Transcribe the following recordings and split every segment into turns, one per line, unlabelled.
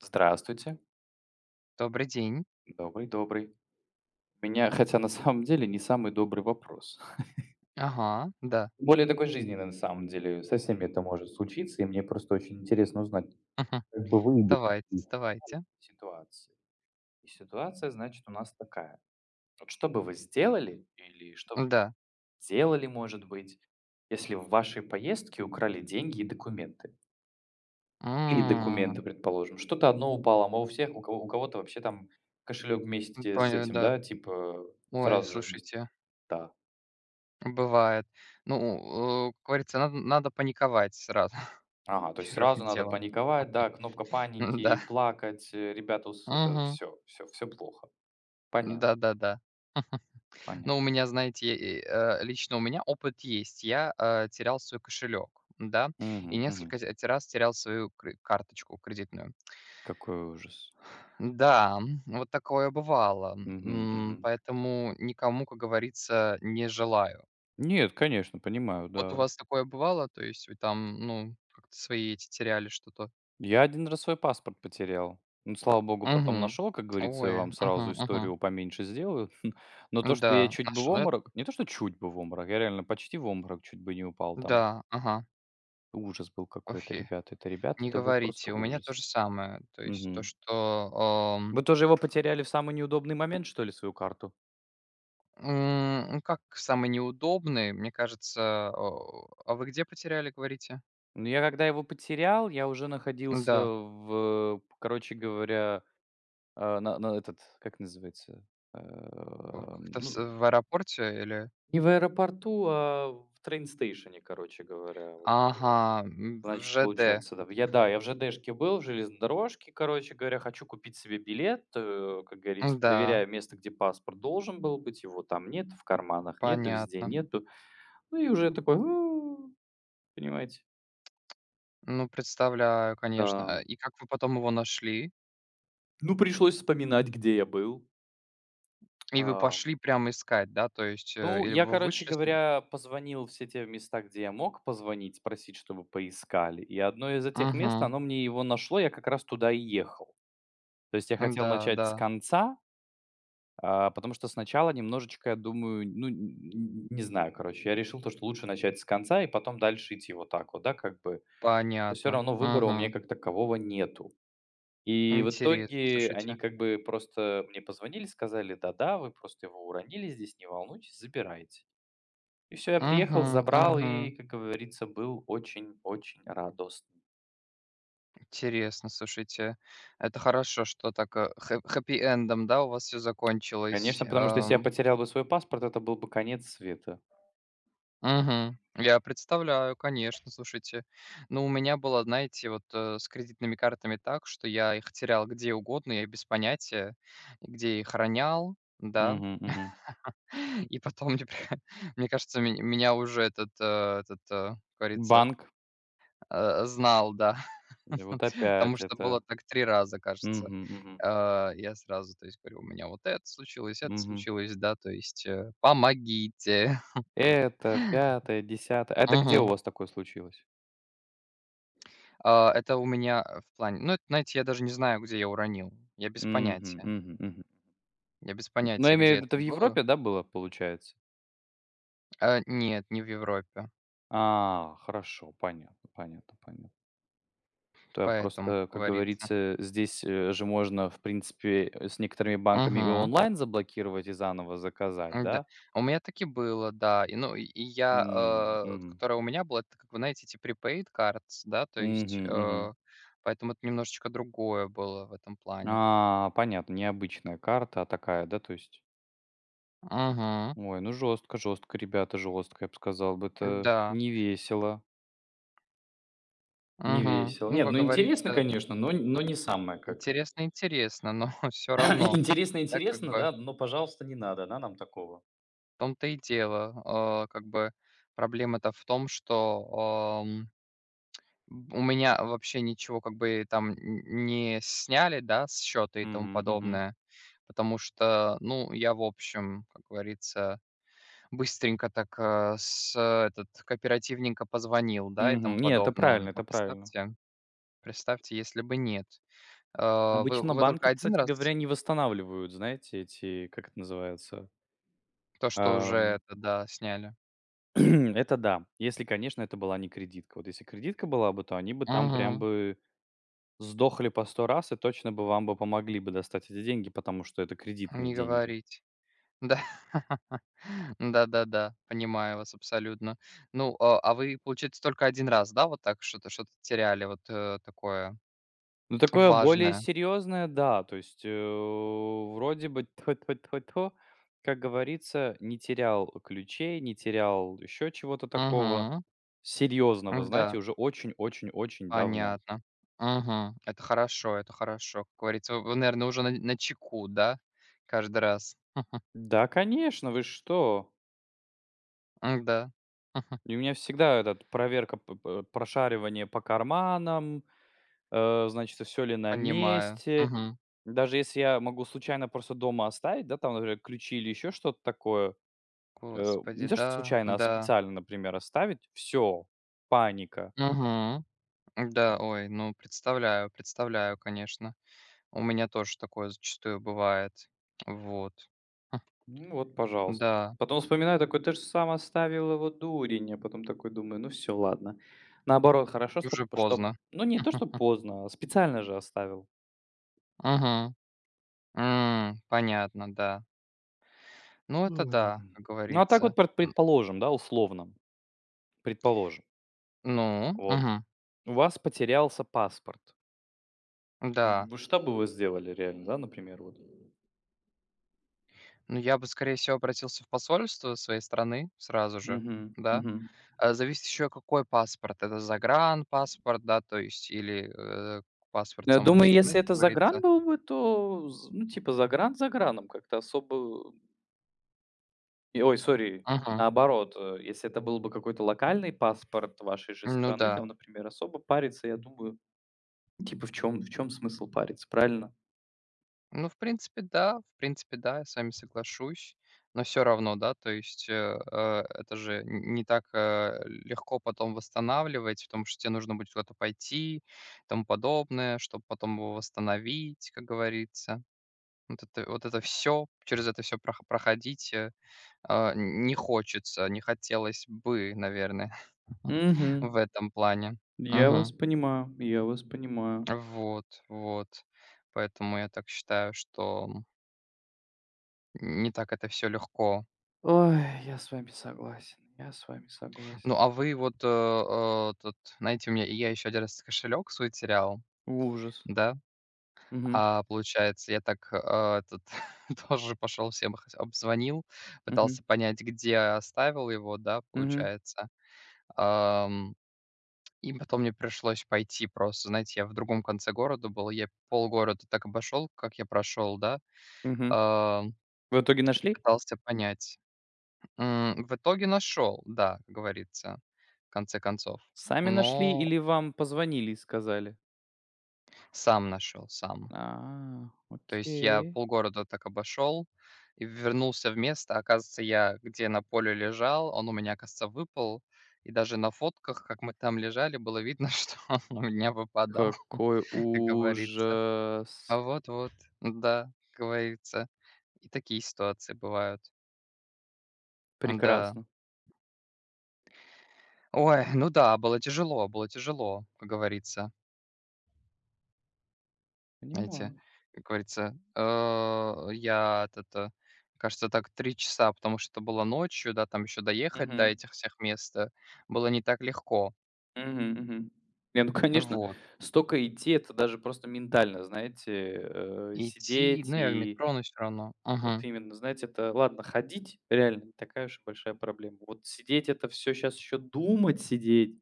Здравствуйте.
Добрый день.
Добрый, добрый. У меня, хотя на самом деле не самый добрый вопрос.
Ага, да.
Более такой жизненный на самом деле. Со всеми это может случиться, и мне просто очень интересно узнать,
Мгм.
как бы вы бы
Давайте,
из
давайте.
ситуации. И ситуация, значит, у нас такая. Вот что бы вы сделали или что бы
Да.
делали, может быть, если в вашей поездке украли деньги и документы? Или
М,
документы, предположим. Что-то одно упало, а у всех, у кого-то вообще там кошелек вместе с
понял,
этим,
да.
да, типа
Ой,
сразу же вместе.
слушайте,
Да,
бывает. Ну, как говорится, надо паниковать сразу
ага, то есть сразу
первым
надо
делом.
паниковать, да, кнопка паники,
М-да.
плакать, ребята, это
Мгм.
все, все, все плохо. Понятно,
Да-да-да. Ну,
понятно.
у меня, знаете, лично у меня опыт есть. Я терял свой кошелек, да, и
Мгм, мгм.
несколько те раз терял свою кры карточку кредитную.
Какой ужас.
Да, вот такое бывало.
Мгм, мгм.
Поэтому никому, как говорится, не желаю.
Нет, конечно, понимаю,
Вот у
да.
вас такое бывало? То есть вы там, ну, как-то свои эти теряли что-то?
Я один раз свой паспорт потерял. Ну, слава богу, потом
Угу.
нашел, как говорится, я
Ой,
вам сразу
ага, ага.
историю поменьше сделаю. Но то, что я
Да,
чуть бы в обморок... Не то, что чуть бы в обморок, я реально почти в обморок чуть бы не упал там.
да, ага.
Ужас был какой-то,
Охи,
ребята. Это, ребята,
не
это был просто
говорите. У меня то
ужас.
же самое. То есть то,
Мгм.
что, ам,
Вы тоже его потеряли в самый неудобный момент, что ли, свою карту?
м, ну, как самый неудобный, мне кажется, о, а вы где потеряли, говорите?
Ну, я когда его потерял, я уже находился
Да,
в, короче говоря, а, на этот, как называется,
в как-то
ну,
с в аэропорте или
не в аэропорту, а в трейн-стейшене, короче говоря. Вот,
Ага, в
значит,
ЖД.
получается, да. Я, да, я в ЖДшке был, в железнодорожке, короче говоря, хочу купить себе билет, как говорится,
Да,
проверяю место, где паспорт должен был быть, его там нет, в карманах нет, везде
понятно.
нету. Ну и уже такой: «У, понимаете».
Ну, представляю, конечно.
Да.
А, и как вы потом его нашли?
Ну, пришлось вспоминать, где я был.
И вы
А,
пошли прямо искать, да? То есть,
ну,
или
я,
вы
короче
вышли с ним?
говоря, позвонил в все те места, где я мог позвонить, спросить, чтобы поискали. И одно из этих мест,
Мгм.
оно мне его нашло, я как раз туда и ехал. То есть я хотел
Да,
начать с
да,
конца, а, потому что сначала немножечко, я думаю, ну, не знаю, короче, я решил то, что лучше начать с конца и потом дальше идти вот так вот, да, как бы. Все
понятно.
равно выбора у меня
Мгм.
как такового нету. И в
Интересно,
итоге они
слушайте.
как бы просто мне позвонили, сказали: «Да-да, вы просто его уронили здесь, не волнуйтесь, забирайте». И все. Я приехал,
Мгм,
забрал
мгм.
и, как говорится, был очень-очень радостный.
Интересно, слушайте. Это хорошо, что так, хэ хэппи-эндом, да, у вас все
Конечно,
закончилось.
потому что если я потерял бы свой паспорт, это был бы конец света.
Мгм. Я представляю, конечно, слушайте. Ну, у меня было, знаете, вот с кредитными картами так, что я их терял где угодно, я без понятия, где их ронял, да.
Мгм, мгм.
И потом, мне, при- мне кажется, ме- меня уже этот, как говорится,
Банк.
знал, да.
Да вот
Потому
опять
что
это.
было так три раза, кажется.
Мгм, мгм,
Я сразу, то есть, говорю, у меня вот это
мгм.
случилось, да, то есть, помогите.
Это 5, 10. Это где у
Мгм.
вас такое случилось?
А, это у меня, в плане ну, это, знаете, я даже не знаю, где я уронил. Я без
Мгм,
понятия.
мгм, мгм.
Я без
Но я
понятия,
имею в
где
виду,
это
это в
было.
Европе, да, было, получается?
А, нет, не в Европе.
А, хорошо, понятно, понятно, понятно. То я
Поэтому, как
просто, как
говорится.
говорится, здесь, же можно, в принципе, с некоторыми банками и
Угу,
онлайн заблокировать и заново заказать,
да.
да?
У меня таки было, да. Ну, и я,
М,
вот
мгм.
которая у меня была, это, как вы знаете, эти prepaid cards, да, то есть,
Мгм, мгм.
поэтому это немножечко другое было в этом плане.
А, понятно, необычная карта, а такая, да, то есть?
Угу.
Ой, ну жестко, жестко, ребята, жестко, я бы сказал бы, это
Да.
не весело, не
Угу.
весело.
Ну,
Нет,
как
ну интересно,
говорится,
конечно, но н но не самое как.
интересно интересно, но все равно,
Интересно
да, как
интересно,
бы
да, но, пожалуйста, не надо, да, нам такого.
В том-то и дело. А, как бы проблема-то в том, что, ам, у меня вообще ничего как бы там н не сняли, да, с счета и тому
Мгм, мгм.
подобное, потому что, ну, я, в общем, как говорится, быстренько так, этот кооперативненько позвонил, да, и
Мгм.
тому
Не, это
подобное.
правильно, это
А
правильно.
представьте представьте, если бы нет. А, вы
Обычно
вы только
банки,
один
кстати
раз
говоря, не восстанавливают, знаете, эти, как это называется,
то, что уже
ам,
это, да, сняли.
это да, если, конечно, это была не кредитка. Вот если кредитка была бы, то они бы там прям
Мгм.
бы сдохли по 100 раз и точно бы вам бы помогли бы достать эти деньги, потому что это кредитные
Не
деньги.
говорите. Да. Да-да-да, понимаю вас абсолютно. Ну, а вы, получается, только один раз, да, вот так что-то теряли вот, такое
Ну, такое более
важное?
серьезное, да, то есть, вроде бы тьфу-тьфу-тьфу-тьфу, как говорится, не терял ключей, не терял еще чего-то такого.
Угу,
Серьезно, вы знаете,
да,
уже очень-очень-очень давно.
понятно. Угу. Это хорошо, это хорошо. Как говорится, вы, наверное, уже на чеку, да, каждый раз?
Да, конечно, вы что?
М-да.
И у меня всегда этот проверка, п п прошаривание по карманам, значит, все ли на
Понимаю.
месте.
Мгм.
Даже если я могу случайно просто дома оставить, да, там, например, ключи или еще что-то такое, не
Господи,
то что
да,
случайно, а
да.
специально, например, оставить, все, паника.
Угу. Да, ой, ну, представляю, представляю, конечно. У меня тоже такое зачастую бывает. Вот. Х,
Ну вот, пожалуйста.
да,
Потом вспоминаю такой: «Ты же сам оставил его, дурень». А потом такой думаю: «Ну все, ладно». Наоборот, хорошо,
и
что
уже
что
поздно.
ну, не то, что поздно, а специально же оставил.
Мгм. М, понятно, да. Ну, это да,
М.
как
Ну, а так вот
говорится. Н
предположим, да, условно, предположим,
ну,
вот
мгм,
у вас потерялся паспорт.
да.
В что бы вы сделали реально, да, например, вот?
Ну, я бы, скорее всего, обратился в посольство своей страны сразу же,
Мгм,
да.
мгм.
А, зависит еще, какой паспорт. Это загранпаспорт, да, то есть или, э, паспорт
Я
самой
думаю,
страны,
если
как
это загран
говорится.
был бы, то з ну, типа загран заграном, как-то особо. И ой, сори,
Мгм.
наоборот, если это был бы какой-то локальный паспорт вашей же
Ну
страны, там,
да.
например, особо париться, я думаю, типа, в чем смысл париться, правильно?
Ну, в принципе, да, я с вами соглашусь, но все равно, да, то есть, это же н не так, легко потом восстанавливать, потому что тебе нужно будет куда-то пойти и тому подобное, чтобы потом его восстановить, как говорится. Вот это все через все проходить, а, не хочется, не хотелось бы, наверное, в
Угу.
этом плане.
Я вас
Мгм.
понимаю, я вас понимаю.
Вот, вот. Поэтому я так считаю, что м, не так это все легко.
Ой, я с вами согласен, я с вами согласен.
Ну, вы вот, тут, знаете, у меня я еще один раз кошелек свой терял,
Ужас.
да,
Угу,
а, получается, я так, этот тоже пошел, всем их обзвонил,
угу,
пытался понять, где я оставил его, да,
угу,
получается. Ам, и потом мне пришлось пойти просто, знаете, я в другом конце города был, я полгорода так обошел, как я прошел, да,
угу.
ам,
Вы в итоге
и
нашли?
пытался понять. М, в итоге нашел, да, как говорится, в конце концов,
Сами нашли
но
или вам позвонили и сказали?
Сам нашел, сам.
А,
То есть я
окей.
полгорода так обошел и вернулся в место. Оказывается, я где на поле лежал, он у меня, оказывается, выпал. И даже на фотках, как мы там лежали, было видно, что он у меня выпадал,
Какой
как говорится.
ужас.
А вот-вот, да, как говорится. И такие ситуации бывают. Да.
Прекрасно.
Ой, ну да, было тяжело, как говорится. Знаете,
Понимаю.
как говорится, я этот, кажется, так 3 часа, потому что это было ночью, да, там еще доехать до
Мгм.
этих всех мест, было не так легко.
Мгм, мгм. Не, ну, конечно,
Вот.
столько идти, это даже просто ментально, знаете,
Идти,
сидеть
ну, я в
и
метро, но все равно.
вот
Мгм.
именно, знаете, это ладно, ходить реально не такая уж и большая проблема. Вот сидеть — это все сейчас еще думать сидеть,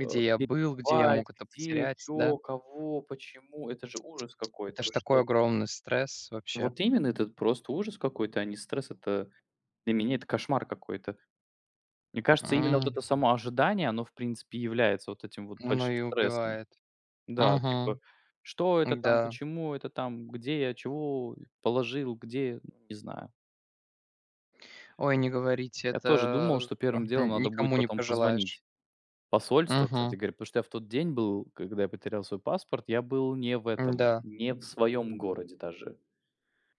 э,
я был, где я мог
бать,
это
где,
потерять, да?
чё, кого, почему. Это же ужас
Это
какой-то,
ж
вы
такой
что?
огромный стресс вообще.
Вот именно, это просто ужас какой-то, а не стресс. Это для меня это кошмар какой-то. Мне кажется, именно вот
М,
это само ожидание, оно, в принципе, и является вот этим вот
оно
большим
и
стрессом.
убивает.
Да, типа,
Мгм.
что это там,
Да.
почему это там, где я чего положил, где, ну, не знаю.
Ой, не говорите,
Я тоже думал,
это,
что
э,
первым делом надо будет
никому не
потом
пожелаешь.
позвонить. Посольство, кстати
Мгм.
говоря, потому что я в тот день был, когда я потерял свой паспорт, я был не в этом,
Да,
не в своем городе даже.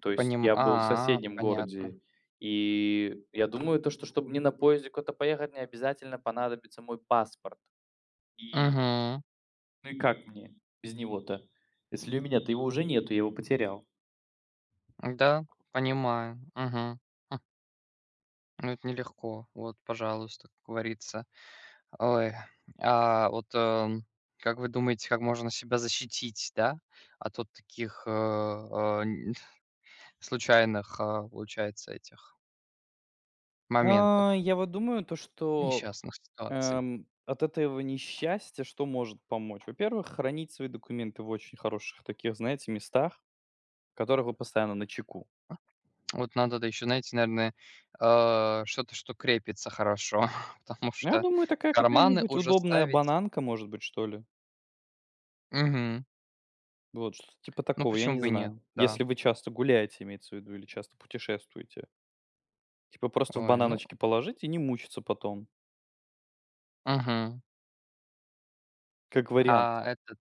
То есть
поним
я был в
а,
соседнем
понятно.
городе, и я думаю, то, что чтобы мне на поезде куда-то поехать, мне обязательно понадобится мой паспорт. И
Угу.
ну и как мне без него-то? Если у меня-то его уже нету, я его потерял.
Да, понимаю. Угу, ну, это нелегко. Вот, пожалуйста, как говорится. Ой, а вот, как вы думаете, как можно себя защитить, да, от вот таких, э, э, н случайных, а, получается, этих
А,
моментов,
я вот думаю то, что,
несчастных ситуаций?
от этого несчастья что может помочь? Во-первых, хранить свои документы в очень хороших таких, знаете, местах, в которых вы постоянно начеку.
Вот надо, да, еще, знаете, наверное, что-то, что крепится хорошо, потому
Ну, я
что
думаю,
в
такая
карманы
какая-нибудь
уже
удобная
ставить
бананка, может быть, что ли.
Мгм.
Вот, что типа
Ну,
такого, я
почему
не
бы и нет,
знаю.
да.
Если вы часто гуляете, имеется в виду, или часто путешествуете. Типа просто в
Ой, ну
бананочки положить и не мучиться потом,
угу
как вариант.
А этот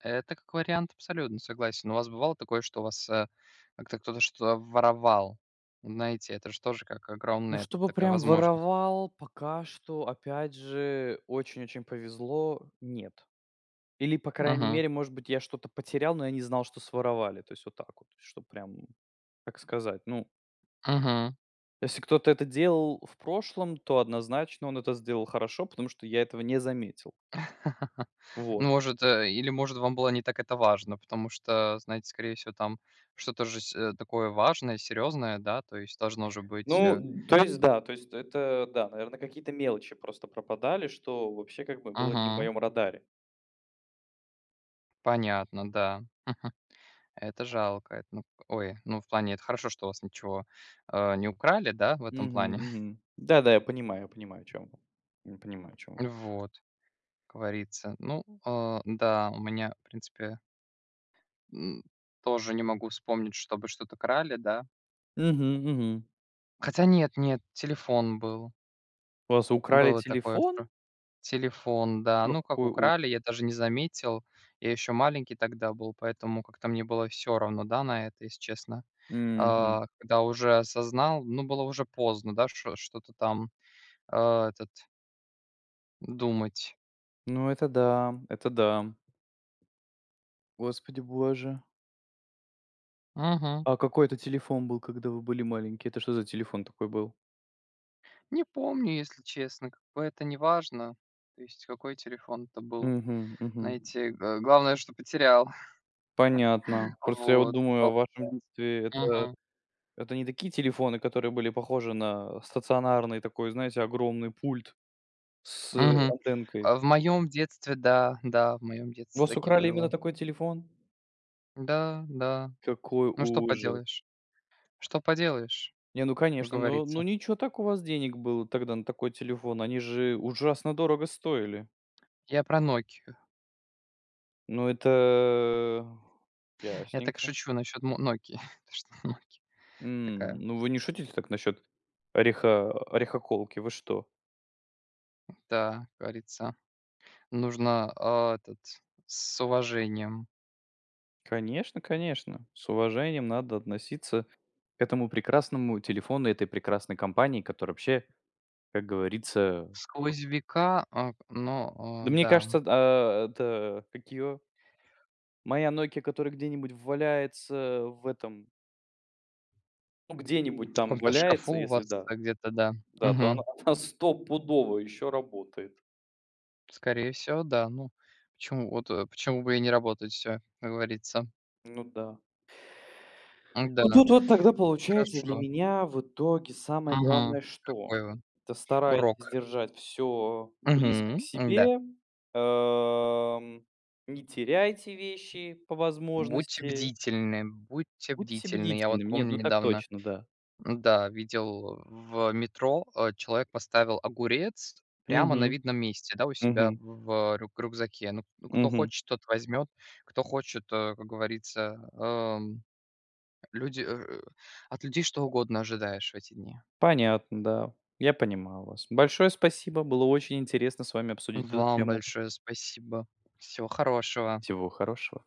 это как вариант абсолютно, согласен. У вас бывало такое, что у вас, как-то кто-то что-то воровал? Знаете, это же тоже как
Ну,
огромная это
чтобы
такая
прям
возможность.
воровал, пока что, опять же, очень-очень повезло, нет. Или, по крайней
Угу.
мере, может быть, я что-то потерял, но я не знал, что своровали. То есть вот так вот, что прям, как сказать, ну,
Угу.
если кто-то это делал в прошлом, то однозначно он это сделал хорошо, потому что я этого не заметил.
Ну,
Вот.
может, э, или, может, вам было не так это важно, потому что, знаете, скорее всего, там что-то же такое важное, серьезное, да, то есть должно же быть, э
Ну, то есть да, то есть это, да, наверное, какие-то мелочи просто пропадали, что вообще как бы было не в
Мгм.
моем радаре.
Понятно, да. Это жалко. Это, ну, ой, ну, в плане, это хорошо, что у вас ничего, не украли, да, в этом
Мгм,
плане.
мгм. Да-да, я понимаю, о чем вы. Я понимаю, о чем вы.
Вот. Как говорится. Ну, а, да, у меня, в принципе, м, тоже не могу вспомнить, чтобы что-то крали, да.
Мгм, мгм.
Хотя нет, нет, телефон был.
У вас украли
Было такое,
телефон?
что телефон, да. Ну, как
Какой у...
украли, я даже не заметил. Я еще маленький тогда был, поэтому как-то мне было все равно, да, на это, если честно.
Мгм.
А, когда уже осознал, ну, было уже поздно, да, шо- что-то там этот думать.
Ну это да, это да. Господи боже.
Мгм.
А какой это телефон был, когда вы были маленькие? Это что за телефон такой был?
Не помню, если честно, как бы это не важно, то есть какой телефон это был.
Мгм, мгм.
Знаете, г главное, что потерял.
Понятно. Просто я вот
Вот.
думаю о
Пол
вашем детстве.
Мгм.
Это не такие телефоны, которые были похожи на стационарный такой, знаете, огромный пульт с
Мгм.
антенкой.
А в моем детстве, да, да, в моем
У
детстве
вас
так и
украли именно
было.
такой телефон?
Да, да.
Какой
Ну что
ужас.
поделаешь? Что поделаешь,
Не, ну
как
конечно, но ну
говорится.
ничего так у вас денег было тогда на такой телефон. Они же ужасно дорого стоили.
Я про Nokia.
Ну это
Я так
ясненько.
шучу насчет мо "Нокии", то что "Нокия"
М,
такая,
ну вы не шутите так насчет ореха орехоколки, вы что?
да, как говорится, нужно, этот, с уважением.
Конечно, конечно, с уважением надо относиться к этому прекрасному телефону, этой прекрасной компании, которая вообще, как говорится.
Сквозь века,
Да мне
да.
кажется, а, это, как ее моя «Нокиа», которая где-нибудь валяется в этом, ну, где-нибудь
В
там
каком-то шкафу
валяется,
у
если
вас,
да,
а, где-то, да.
да, то она
Мгм.
она стопудово еще работает.
Скорее всего, да. Ну, почему почему бы и не работать, все как говорится.
Ну да. Ну,
Да,
тут вот тогда получается для
хорошо.
меня в итоге самое главное
Мгм.
что?
Какой он
Это старайтесь
урок.
держать все близко к
Мгм. Да.
себе, эм, не теряйте вещи по
Будьте
возможности.
бдительны, будьте
Будьте
бдительны. Я вот
бдительными. Нет,
помню
ну так
недавно,
точно, да.
м-да, видел в метро, человек поставил огурец прямо
Мгм,
на видном месте, да, у
мгм,
себя в рю рюкзаке. Ну, кто
мгм.
хочет, тот возьмет, кто хочет, как говорится, Люди, от людей что угодно ожидаешь в эти дни.
Понятно, да. Я понимаю вас. Большое спасибо, было очень интересно с вами обсудить эту
Вам
тему.
большое спасибо. Всего хорошего.
Всего хорошего.